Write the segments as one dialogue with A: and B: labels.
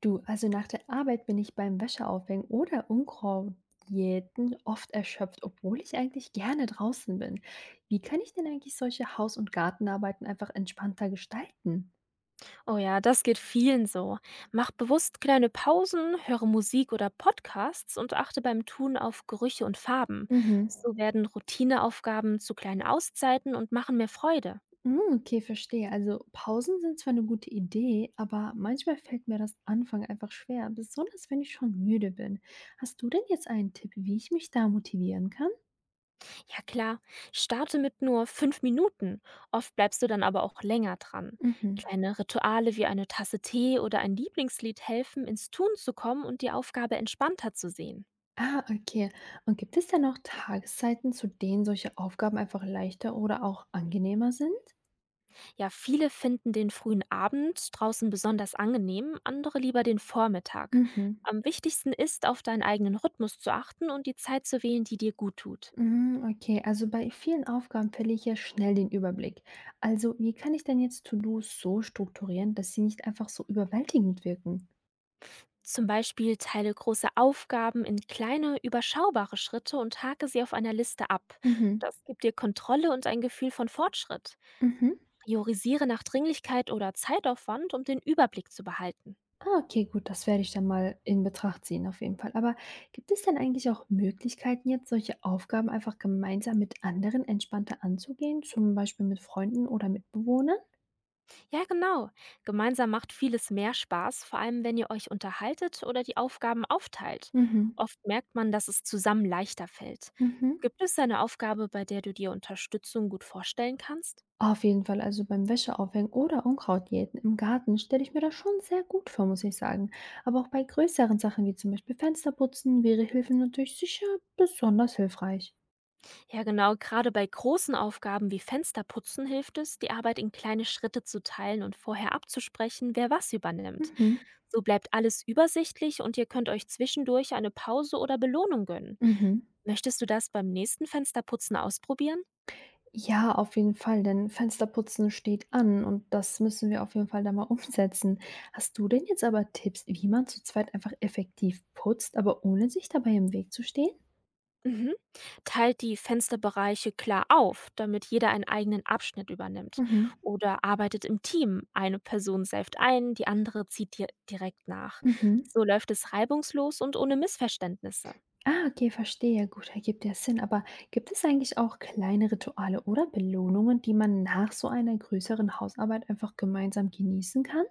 A: Du, also nach der Arbeit bin ich beim Wäscheaufhängen oder Unkrautjäten oft erschöpft, obwohl ich eigentlich gerne draußen bin. Wie kann ich denn eigentlich solche Haus- und Gartenarbeiten einfach entspannter gestalten?
B: Oh ja, das geht vielen so. Mach bewusst kleine Pausen, höre Musik oder Podcasts und achte beim Tun auf Gerüche und Farben.
A: Mhm.
B: So werden Routineaufgaben zu kleinen Auszeiten und machen mehr Freude.
A: Hm, okay, verstehe. Also Pausen sind zwar eine gute Idee, aber manchmal fällt mir das Anfang einfach schwer, besonders wenn ich schon müde bin. Hast du denn jetzt einen Tipp, wie ich mich da motivieren kann?
B: Ja klar, starte mit nur 5 Minuten. Oft bleibst du dann aber auch länger dran.
A: Mhm.
B: Kleine Rituale wie eine Tasse Tee oder ein Lieblingslied helfen, ins Tun zu kommen und die Aufgabe entspannter zu sehen.
A: Ah, okay. Und gibt es denn auch Tageszeiten, zu denen solche Aufgaben einfach leichter oder auch angenehmer sind?
B: Ja, viele finden den frühen Abend draußen besonders angenehm, andere lieber den Vormittag.
A: Mhm.
B: Am wichtigsten ist, auf deinen eigenen Rhythmus zu achten und die Zeit zu wählen, die dir gut tut.
A: Mhm, okay, also bei vielen Aufgaben verliere ich ja schnell den Überblick. Also, wie kann ich denn jetzt To-Dos so strukturieren, dass sie nicht einfach so überwältigend wirken?
B: Zum Beispiel teile große Aufgaben in kleine, überschaubare Schritte und hake sie auf einer Liste ab.
A: Mhm.
B: Das gibt dir Kontrolle und ein Gefühl von Fortschritt.
A: Mhm.
B: Priorisiere nach Dringlichkeit oder Zeitaufwand, um den Überblick zu behalten.
A: Ah, okay, gut, das werde ich dann mal in Betracht ziehen, auf jeden Fall. Aber gibt es denn eigentlich auch Möglichkeiten, jetzt solche Aufgaben einfach gemeinsam mit anderen entspannter anzugehen, zum Beispiel mit Freunden oder Mitbewohnern?
B: Ja, genau. Gemeinsam macht vieles mehr Spaß, vor allem wenn ihr euch unterhaltet oder die Aufgaben aufteilt.
A: Mhm.
B: Oft merkt man, dass es zusammen leichter fällt.
A: Mhm.
B: Gibt es eine Aufgabe, bei der du dir Unterstützung gut vorstellen kannst?
A: Auf jeden Fall, also beim Wäscheaufhängen oder Unkrautjäten im Garten stelle ich mir das schon sehr gut vor, muss ich sagen. Aber auch bei größeren Sachen wie zum Beispiel Fensterputzen wäre Hilfe natürlich sicher besonders hilfreich.
B: Ja, genau. Gerade bei großen Aufgaben wie Fensterputzen hilft es, die Arbeit in kleine Schritte zu teilen und vorher abzusprechen, wer was übernimmt.
A: Mhm.
B: So bleibt alles übersichtlich und ihr könnt euch zwischendurch eine Pause oder Belohnung gönnen.
A: Mhm.
B: Möchtest du das beim nächsten Fensterputzen ausprobieren?
A: Ja, auf jeden Fall, denn Fensterputzen steht an und das müssen wir auf jeden Fall da mal umsetzen. Hast du denn jetzt aber Tipps, wie man zu zweit einfach effektiv putzt, aber ohne sich dabei im Weg zu stehen?
B: Mhm. Teilt die Fensterbereiche klar auf, damit jeder einen eigenen Abschnitt übernimmt.
A: Mhm.
B: Oder arbeitet im Team. Eine Person säuft ein, die andere zieht dir direkt nach.
A: Mhm.
B: So läuft es reibungslos und ohne Missverständnisse.
A: Ah, okay, verstehe. Gut, ergibt ja Sinn. Aber gibt es eigentlich auch kleine Rituale oder Belohnungen, die man nach so einer größeren Hausarbeit einfach gemeinsam genießen kann?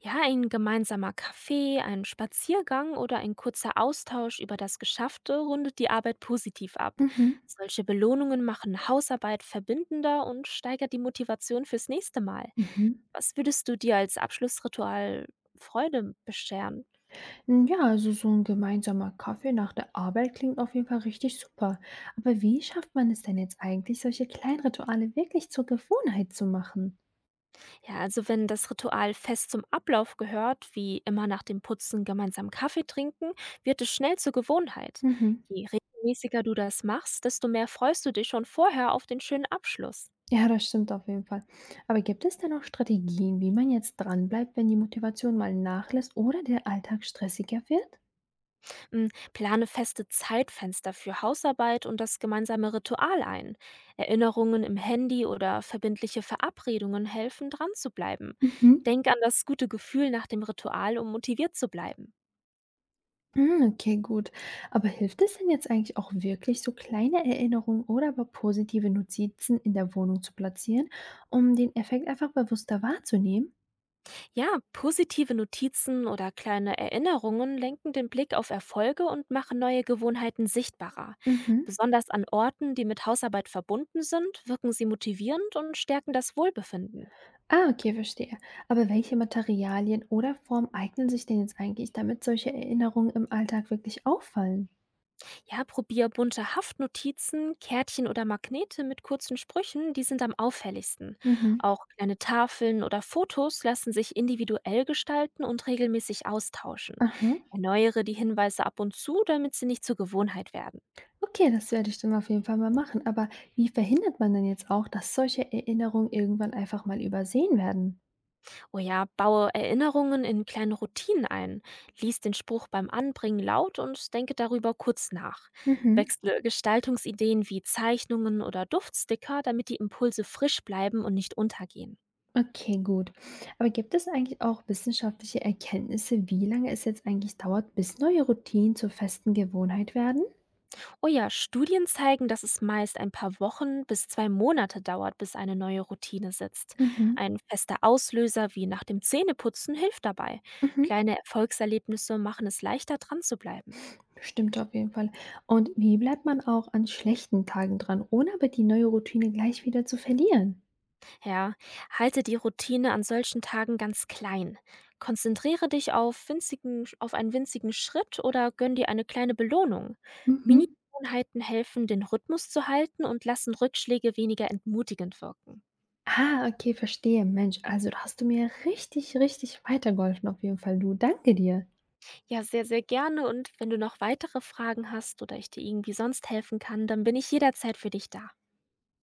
B: Ja, ein gemeinsamer Kaffee, ein Spaziergang oder ein kurzer Austausch über das Geschaffte rundet die Arbeit positiv ab.
A: Mhm.
B: Solche Belohnungen machen Hausarbeit verbindender und steigert die Motivation fürs nächste Mal.
A: Mhm.
B: Was würdest du dir als Abschlussritual Freude bescheren?
A: N Ja, also so ein gemeinsamer Kaffee nach der Arbeit klingt auf jeden Fall richtig super. Aber wie schafft man es denn jetzt eigentlich, solche kleinen Rituale wirklich zur Gewohnheit zu machen?
B: Ja, also wenn das Ritual fest zum Ablauf gehört, wie immer nach dem Putzen gemeinsam Kaffee trinken, wird es schnell zur Gewohnheit.
A: Mhm.
B: Je regelmäßiger du das machst, desto mehr freust du dich schon vorher auf den schönen Abschluss.
A: Ja, das stimmt auf jeden Fall. Aber gibt es denn auch Strategien, wie man jetzt dranbleibt, wenn die Motivation mal nachlässt oder der Alltag stressiger wird?
B: Plane feste Zeitfenster für Hausarbeit und das gemeinsame Ritual ein. Erinnerungen im Handy oder verbindliche Verabredungen helfen, dran zu bleiben.
A: Mhm.
B: Denk an das gute Gefühl nach dem Ritual, um motiviert zu bleiben.
A: Hm, okay, gut. Aber hilft es denn jetzt eigentlich auch wirklich, so kleine Erinnerungen oder aber positive Notizen in der Wohnung zu platzieren, um den Effekt einfach bewusster wahrzunehmen?
B: Ja, positive Notizen oder kleine Erinnerungen lenken den Blick auf Erfolge und machen neue Gewohnheiten sichtbarer.
A: Mhm.
B: Besonders an Orten, die mit Hausarbeit verbunden sind, wirken sie motivierend und stärken das Wohlbefinden.
A: Ah, okay, verstehe. Aber welche Materialien oder Formen eignen sich denn jetzt eigentlich, damit solche Erinnerungen im Alltag wirklich auffallen?
B: Ja, probier bunte Haftnotizen, Kärtchen oder Magnete mit kurzen Sprüchen, die sind am auffälligsten.
A: Mhm.
B: Auch kleine Tafeln oder Fotos lassen sich individuell gestalten und regelmäßig austauschen.
A: Aha.
B: Erneuere die Hinweise ab und zu, damit sie nicht zur Gewohnheit werden.
A: Okay, das werde ich dann auf jeden Fall mal machen. Aber wie verhindert man denn jetzt auch, dass solche Erinnerungen irgendwann einfach mal übersehen werden?
B: Oh ja, baue Erinnerungen in kleine Routinen ein. Lies den Spruch beim Anbringen laut und denke darüber kurz nach.
A: Mhm.
B: Wechsle Gestaltungsideen wie Zeichnungen oder Duftsticker, damit die Impulse frisch bleiben und nicht untergehen.
A: Okay, gut. Aber gibt es eigentlich auch wissenschaftliche Erkenntnisse, wie lange es jetzt eigentlich dauert, bis neue Routinen zur festen Gewohnheit werden?
B: Oh ja, Studien zeigen, dass es meist ein paar Wochen bis 2 Monate dauert, bis eine neue Routine sitzt.
A: Mhm.
B: Ein fester Auslöser wie nach dem Zähneputzen hilft dabei.
A: Mhm.
B: Kleine Erfolgserlebnisse machen es leichter, dran zu bleiben.
A: Stimmt auf jeden Fall. Und wie bleibt man auch an schlechten Tagen dran, ohne aber die neue Routine gleich wieder zu verlieren?
B: Ja, halte die Routine an solchen Tagen ganz klein. Konzentriere dich auf einen winzigen Schritt oder gönn dir eine kleine Belohnung.
A: Mhm.
B: Mini-Gewohnheiten helfen, den Rhythmus zu halten und lassen Rückschläge weniger entmutigend wirken.
A: Ah, okay, verstehe. Mensch, also da hast du mir richtig, richtig weitergeholfen auf jeden Fall. Du, danke dir.
B: Ja, sehr, sehr gerne. Und wenn du noch weitere Fragen hast oder ich dir irgendwie sonst helfen kann, dann bin ich jederzeit für dich da.